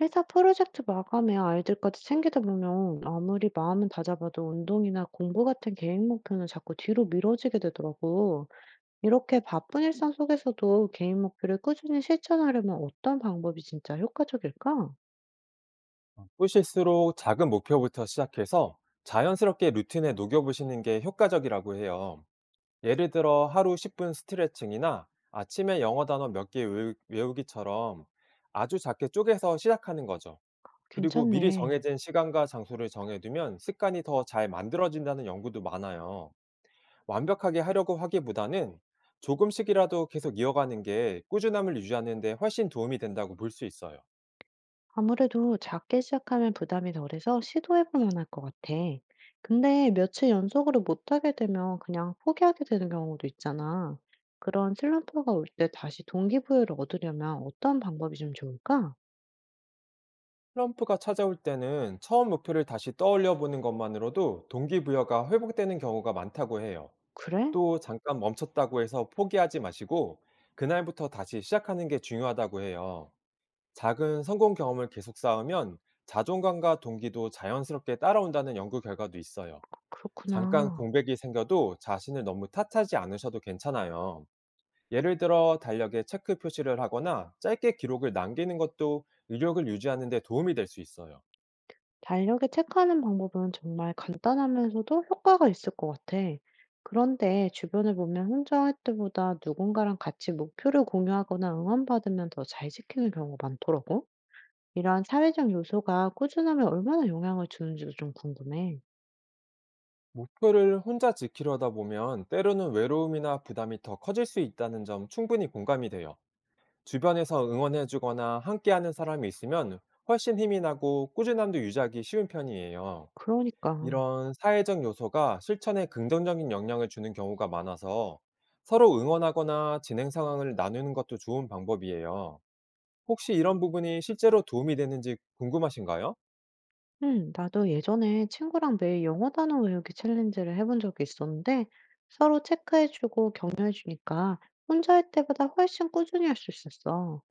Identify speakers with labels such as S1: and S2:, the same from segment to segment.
S1: 회사 프로젝트 마감에 아이들까지 챙기다 보면 아무리 마음은 다잡아도 운동이나 공부 같은 개인 목표는 자꾸 뒤로 미뤄지게 되더라고. 이렇게 바쁜 일상 속에서도 개인 목표를 꾸준히 실천하려면 어떤 방법이 진짜 효과적일까?
S2: 뿌실수록 작은 목표부터 시작해서 자연스럽게 루틴에 녹여보시는 게 효과적이라고 해요. 예를 들어 하루 10분 스트레칭이나 아침에 영어 단어 몇 개 외우기처럼 아주 작게 쪼개서 시작하는 거죠. 그리고 미리
S1: 괜찮네.
S2: 정해진 시간과 장소를 정해두면 습관이 더 잘 만들어진다는 연구도 많아요. 완벽하게 하려고 하기보다는 조금씩이라도 계속 이어가는 게 꾸준함을 유지하는 데 훨씬 도움이 된다고 볼 수 있어요.
S1: 아무래도 작게 시작하면 부담이 덜해서 시도해볼 만할 것 같아. 근데 며칠 연속으로 못하게 되면 그냥 포기하게 되는 경우도 있잖아. 그런 슬럼프가 올 때 다시 동기부여를 얻으려면 어떤 방법이 좀 좋을까?
S2: 트럼프가 찾아올 때는 처음 목표를 다시 떠올려 보는 것만으로도 동기부여가 회복되는 경우가 많다고 해요.
S1: 그래?
S2: 또 잠깐 멈췄다고 해서 포기하지 마시고, 그날부터 다시 시작하는 게 중요하다고 해요. 작은 성공 경험을 계속 쌓으면 자존감과 동기도 자연스럽게 따라온다는 연구 결과도 있어요. 잠깐
S1: 그렇구나.
S2: 공백이 생겨도 자신을 너무 탓하지 않으셔도 괜찮아요. 예를 들어 달력에 체크 표시를 하거나 짧게 기록을 남기는 것도 의욕을 유지하는 데 도움이 될 수 있어요.
S1: 달력에 체크하는 방법은 정말 간단하면서도 효과가 있을 것 같아. 그런데 주변을 보면 혼자 할 때보다 누군가랑 같이 목표를 공유하거나 응원받으면 더 잘 지키는 경우가 많더라고. 이런 사회적 요소가 꾸준함에 얼마나 영향을 주는지도 좀 궁금해.
S2: 목표를 혼자 지키려다 보면 때로는 외로움이나 부담이 더 커질 수 있다는 점, 충분히 공감이 돼요. 주변에서 응원해주거나 함께하는 사람이 있으면 훨씬 힘이 나고, 꾸준함도 유지하기 쉬운 편이에요.
S1: 그러니까.
S2: 이런 사회적 요소가 실천에 긍정적인 영향을 주는 경우가 많아서, 서로 응원하거나 진행 상황을 나누는 것도 좋은 방법이에요. 혹시 이런 부분이 실제로 도움이 되는지 궁금하신가요?
S1: 응, 나도 예전에 친구랑 매일 영어 단어 외우기 챌린지를 해본 적이 있었는데 서로 체크해주고 격려해주니까 혼자 할 때보다 훨씬 꾸준히 할 수 있었어.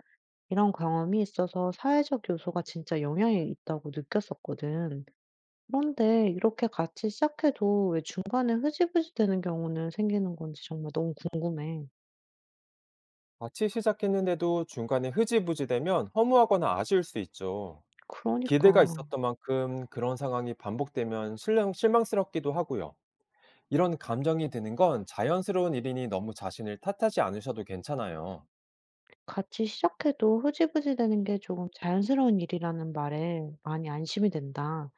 S1: 이런 경험이 있어서 사회적 요소가 진짜 영향이 있다고 느꼈었거든. 그런데 이렇게 같이 시작해도 왜 중간에 흐지부지 되는 경우는 생기는 건지 정말 너무 궁금해.
S2: 같이 시작했는데도 중간에 흐지부지 되면 허무하거나 아쉬울 수 있죠. 기대가
S1: 그러니까.
S2: 있었던 만큼 그런 상황이 반복되면 실망스럽기도 하고요. 이런 감정이 드는 건 자연스러운 일이니, 너무 자신을 탓하지 않으셔도 괜찮아요.
S1: 같이 시작해도 흐지부지 되는 게 조금 자연스러운 일이라는 말에 많이 안심이 된다.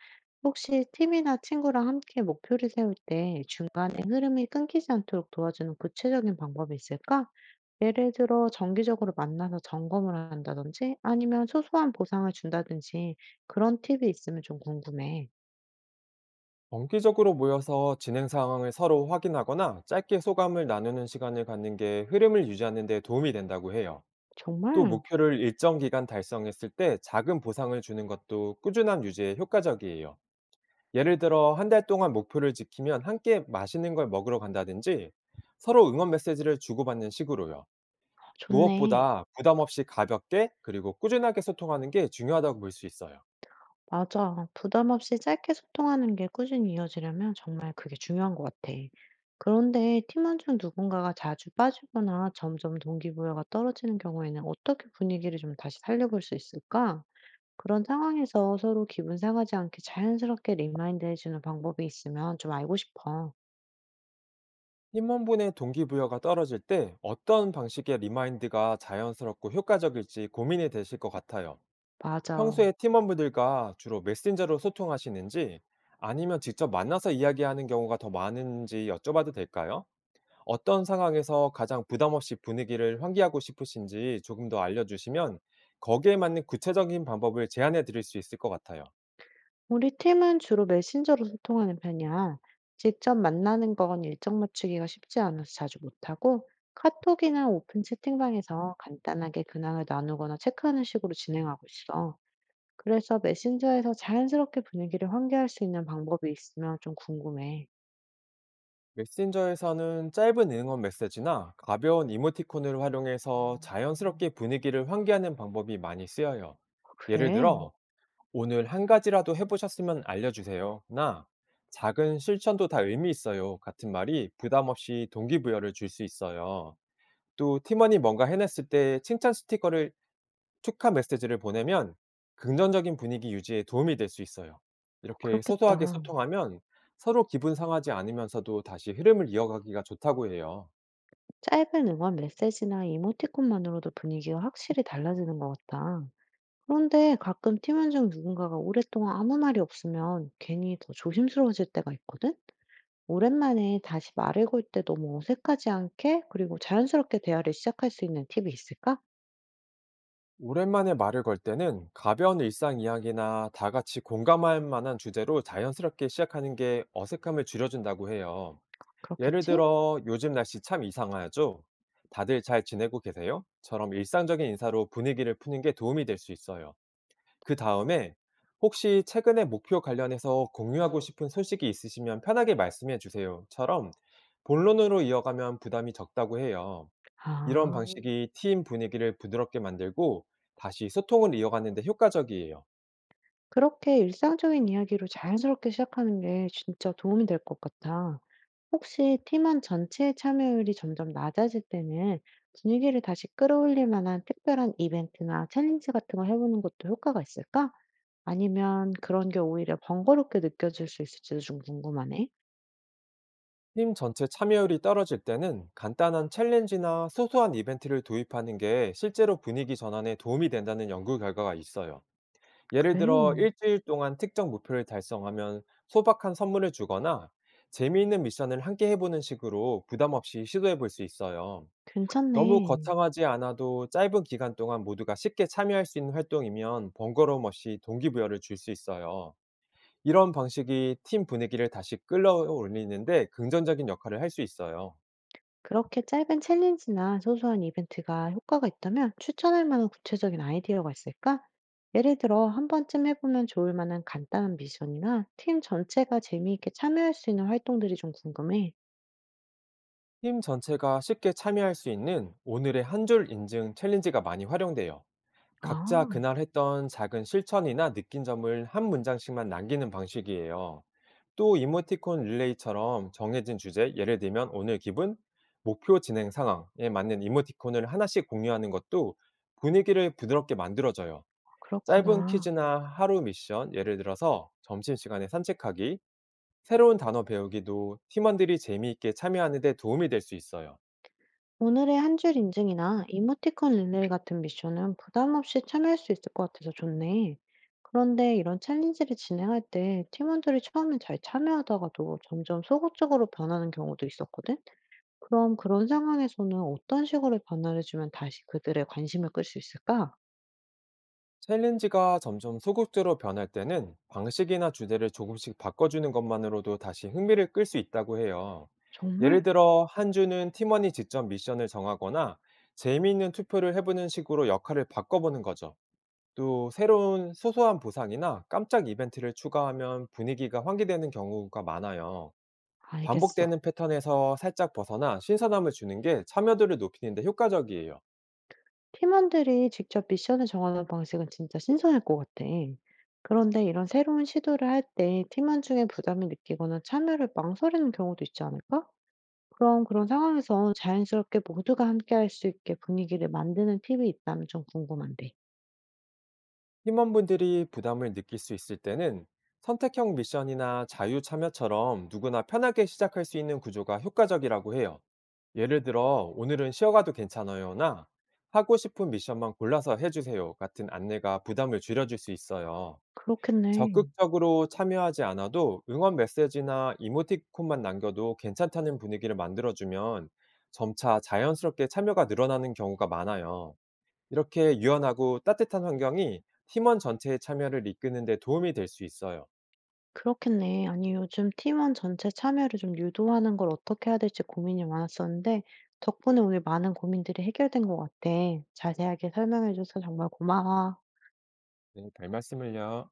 S1: 혹시 팀이나 친구랑 함께 목표를 세울 때 중간에 흐름이 끊기지 않도록 도와주는 구체적인 방법이 있을까? 예를 들어 정기적으로 만나서 점검을 한다든지 아니면 소소한 보상을 준다든지 그런 팁이 있으면 좀 궁금해.
S2: 정기적으로 모여서 진행 상황을 서로 확인하거나 짧게 소감을 나누는 시간을 갖는 게 흐름을 유지하는 데 도움이 된다고 해요. 또
S1: 정말?
S2: 목표를 일정 기간 달성했을 때 작은 보상을 주는 것도 꾸준함 유지에 효과적이에요. 예를 들어 한 달 동안 목표를 지키면 함께 맛있는 걸 먹으러 간다든지, 서로 응원 메시지를 주고받는 식으로요.
S1: 아, 좋네.
S2: 무엇보다 부담 없이 가볍게, 그리고 꾸준하게 소통하는 게 중요하다고 볼 수 있어요.
S1: 맞아. 부담 없이 짧게 소통하는 게 꾸준히 이어지려면 정말 그게 중요한 것 같아. 그런데 팀원 중 누군가가 자주 빠지거나 점점 동기부여가 떨어지는 경우에는 어떻게 분위기를 좀 다시 살려볼 수 있을까? 그런 상황에서 서로 기분 상하지 않게 자연스럽게 리마인드 해주는 방법이 있으면 좀 알고 싶어.
S2: 팀원분의 동기부여가 떨어질 때 어떤 방식의 리마인드가 자연스럽고 효과적일지 고민이 되실 것 같아요.
S1: 맞아.
S2: 평소에 팀원분들과 주로 메신저로 소통하시는지, 아니면 직접 만나서 이야기하는 경우가 더 많은지 여쭤봐도 될까요? 어떤 상황에서 가장 부담 없이 분위기를 환기하고 싶으신지 조금 더 알려주시면, 거기에 맞는 구체적인 방법을 제안해 드릴 수 있을 것 같아요.
S1: 우리 팀은 주로 메신저로 소통하는 편이야. 직접 만나는 건 일정 맞추기가 쉽지 않아서 자주 못하고, 카톡이나 오픈 채팅방에서 간단하게 근황을 나누거나 체크하는 식으로 진행하고 있어. 그래서 메신저에서 자연스럽게 분위기를 환기할 수 있는 방법이 있으면 좀 궁금해.
S2: 메신저에서는 짧은 응원 메시지나 가벼운 이모티콘을 활용해서 자연스럽게 분위기를 환기하는 방법이 많이 쓰여요. 예를
S1: 그래,
S2: 들어, "오늘 한 가지라도 해보셨으면 알려주세요.", 나, "작은 실천도 다 의미 있어요." 같은 말이 부담 없이 동기부여를 줄 수 있어요. 또, 팀원이 뭔가 해냈을 때 칭찬 스티커를, 축하 메시지를 보내면 긍정적인 분위기 유지에 도움이 될 수 있어요. 이렇게 소소하게
S1: 그렇겠다.
S2: 소통하면 서로 기분 상하지 않으면서도 다시 흐름을 이어가기가 좋다고 해요.
S1: 짧은 응원 메시지나 이모티콘만으로도 분위기가 확실히 달라지는 것 같다. 그런데 가끔 팀원 중 누군가가 오랫동안 아무 말이 없으면 괜히 더 조심스러워질 때가 있거든? 오랜만에 다시 말을 걸 때 너무 어색하지 않게, 그리고 자연스럽게 대화를 시작할 수 있는 팁이 있을까?
S2: 오랜만에 말을 걸 때는 가벼운 일상 이야기나 다 같이 공감할 만한 주제로 자연스럽게 시작하는 게 어색함을 줄여준다고 해요. 예를
S1: 그렇겠지?
S2: 들어, "요즘 날씨 참 이상하죠?", "다들 잘 지내고 계세요? 처럼 일상적인 인사로 분위기를 푸는 게 도움이 될 수 있어요. 그다음에 "혹시 최근에 목표 관련해서 공유하고 싶은 소식이 있으시면 편하게 말씀해 주세요."처럼 본론으로 이어가면 부담이 적다고 해요. 이런
S1: 아,
S2: 방식이 팀 분위기를 부드럽게 만들고, 다시 소통을 이어가는 데 효과적이에요.
S1: 그렇게 일상적인 이야기로 자연스럽게 시작하는 게 진짜 도움이 될 것 같아. 혹시 팀원 전체의 참여율이 점점 낮아질 때는 분위기를 다시 끌어올릴 만한 특별한 이벤트나 챌린지 같은 거 해보는 것도 효과가 있을까? 아니면 그런 게 오히려 번거롭게 느껴질 수 있을지도 좀 궁금하네.
S2: 팀 전체 참여율이 떨어질 때는 간단한 챌린지나 소소한 이벤트를 도입하는 게 실제로 분위기 전환에 도움이 된다는 연구 결과가 있어요. 예를
S1: 그래,
S2: 들어 일주일 동안 특정 목표를 달성하면 소박한 선물을 주거나, 재미있는 미션을 함께 해보는 식으로 부담 없이 시도해 볼 수 있어요. 너무
S1: 괜찮네.
S2: 거창하지 않아도 짧은 기간 동안 모두가 쉽게 참여할 수 있는 활동이면 번거로움 없이 동기부여를 줄 수 있어요. 이런 방식이 팀 분위기를 다시 끌어올리는데 긍정적인 역할을 할 수 있어요.
S1: 그렇게 짧은 챌린지나 소소한 이벤트가 효과가 있다면 추천할 만한 구체적인 아이디어가 있을까? 예를 들어, 한 번쯤 해보면 좋을 만한 간단한 미션이나 팀 전체가 재미있게 참여할 수 있는 활동들이 좀 궁금해.
S2: 팀 전체가 쉽게 참여할 수 있는 "오늘의 한 줄 인증" 챌린지가 많이 활용돼요.
S1: 아,
S2: 각자 그날 했던 작은 실천이나 느낀 점을 한 문장씩만 남기는 방식이에요. 또 이모티콘 릴레이처럼 정해진 주제, 예를 들면 오늘 기분, 목표 진행 상황에 맞는 이모티콘을 하나씩 공유하는 것도 분위기를 부드럽게 만들어줘요. 짧은
S1: 그렇구나.
S2: 퀴즈나 하루 미션, 예를 들어서 점심시간에 산책하기, 새로운 단어 배우기도 팀원들이 재미있게 참여하는 데 도움이 될 수 있어요.
S1: 오늘의 한 줄 인증이나 이모티콘 릴레이 같은 미션은 부담 없이 참여할 수 있을 것 같아서 좋네. 그런데 이런 챌린지를 진행할 때 팀원들이 처음엔 잘 참여하다가도 점점 소극적으로 변하는 경우도 있었거든? 그럼 그런 상황에서는 어떤 식으로 변화를 주면 다시 그들의 관심을 끌 수 있을까?
S2: 챌린지가 점점 소극적으로 변할 때는 방식이나 주제를 조금씩 바꿔주는 것만으로도 다시 흥미를 끌 수 있다고 해요.
S1: 정말?
S2: 예를 들어, 한 주는 팀원이 직접 미션을 정하거나 재미있는 투표를 해보는 식으로 역할을 바꿔보는 거죠. 또 새로운 소소한 보상이나 깜짝 이벤트를 추가하면 분위기가 환기되는 경우가 많아요.
S1: 알겠어.
S2: 반복되는 패턴에서 살짝 벗어나 신선함을 주는 게 참여도를 높이는 데 효과적이에요.
S1: 팀원들이 직접 미션을 정하는 방식은 진짜 신선할 것 같아. 그런데 이런 새로운 시도를 할 때 팀원 중에 부담을 느끼거나 참여를 망설이는 경우도 있지 않을까? 그럼 그런 상황에서 자연스럽게 모두가 함께 할 수 있게 분위기를 만드는 팁이 있다면 좀 궁금한데.
S2: 팀원분들이 부담을 느낄 수 있을 때는 선택형 미션이나 자유 참여처럼 누구나 편하게 시작할 수 있는 구조가 효과적이라고 해요. 예를 들어, "오늘은 쉬어가도 괜찮아요나 "하고 싶은 미션만 골라서 해주세요" 같은 안내가 부담을 줄여줄 수 있어요.
S1: 그렇겠네.
S2: 적극적으로 참여하지 않아도 응원 메시지나 이모티콘만 남겨도 괜찮다는 분위기를 만들어주면 점차 자연스럽게 참여가 늘어나는 경우가 많아요. 이렇게 유연하고 따뜻한 환경이 팀원 전체의 참여를 이끄는 데 도움이 될 수 있어요.
S1: 그렇겠네. 아니, 요즘 팀원 전체 참여를 좀 유도하는 걸 어떻게 해야 될지 고민이 많았었는데, 덕분에 오늘 많은 고민들이 해결된 것 같아. 자세하게 설명해줘서 정말 고마워.
S2: 네, 별 말씀을요.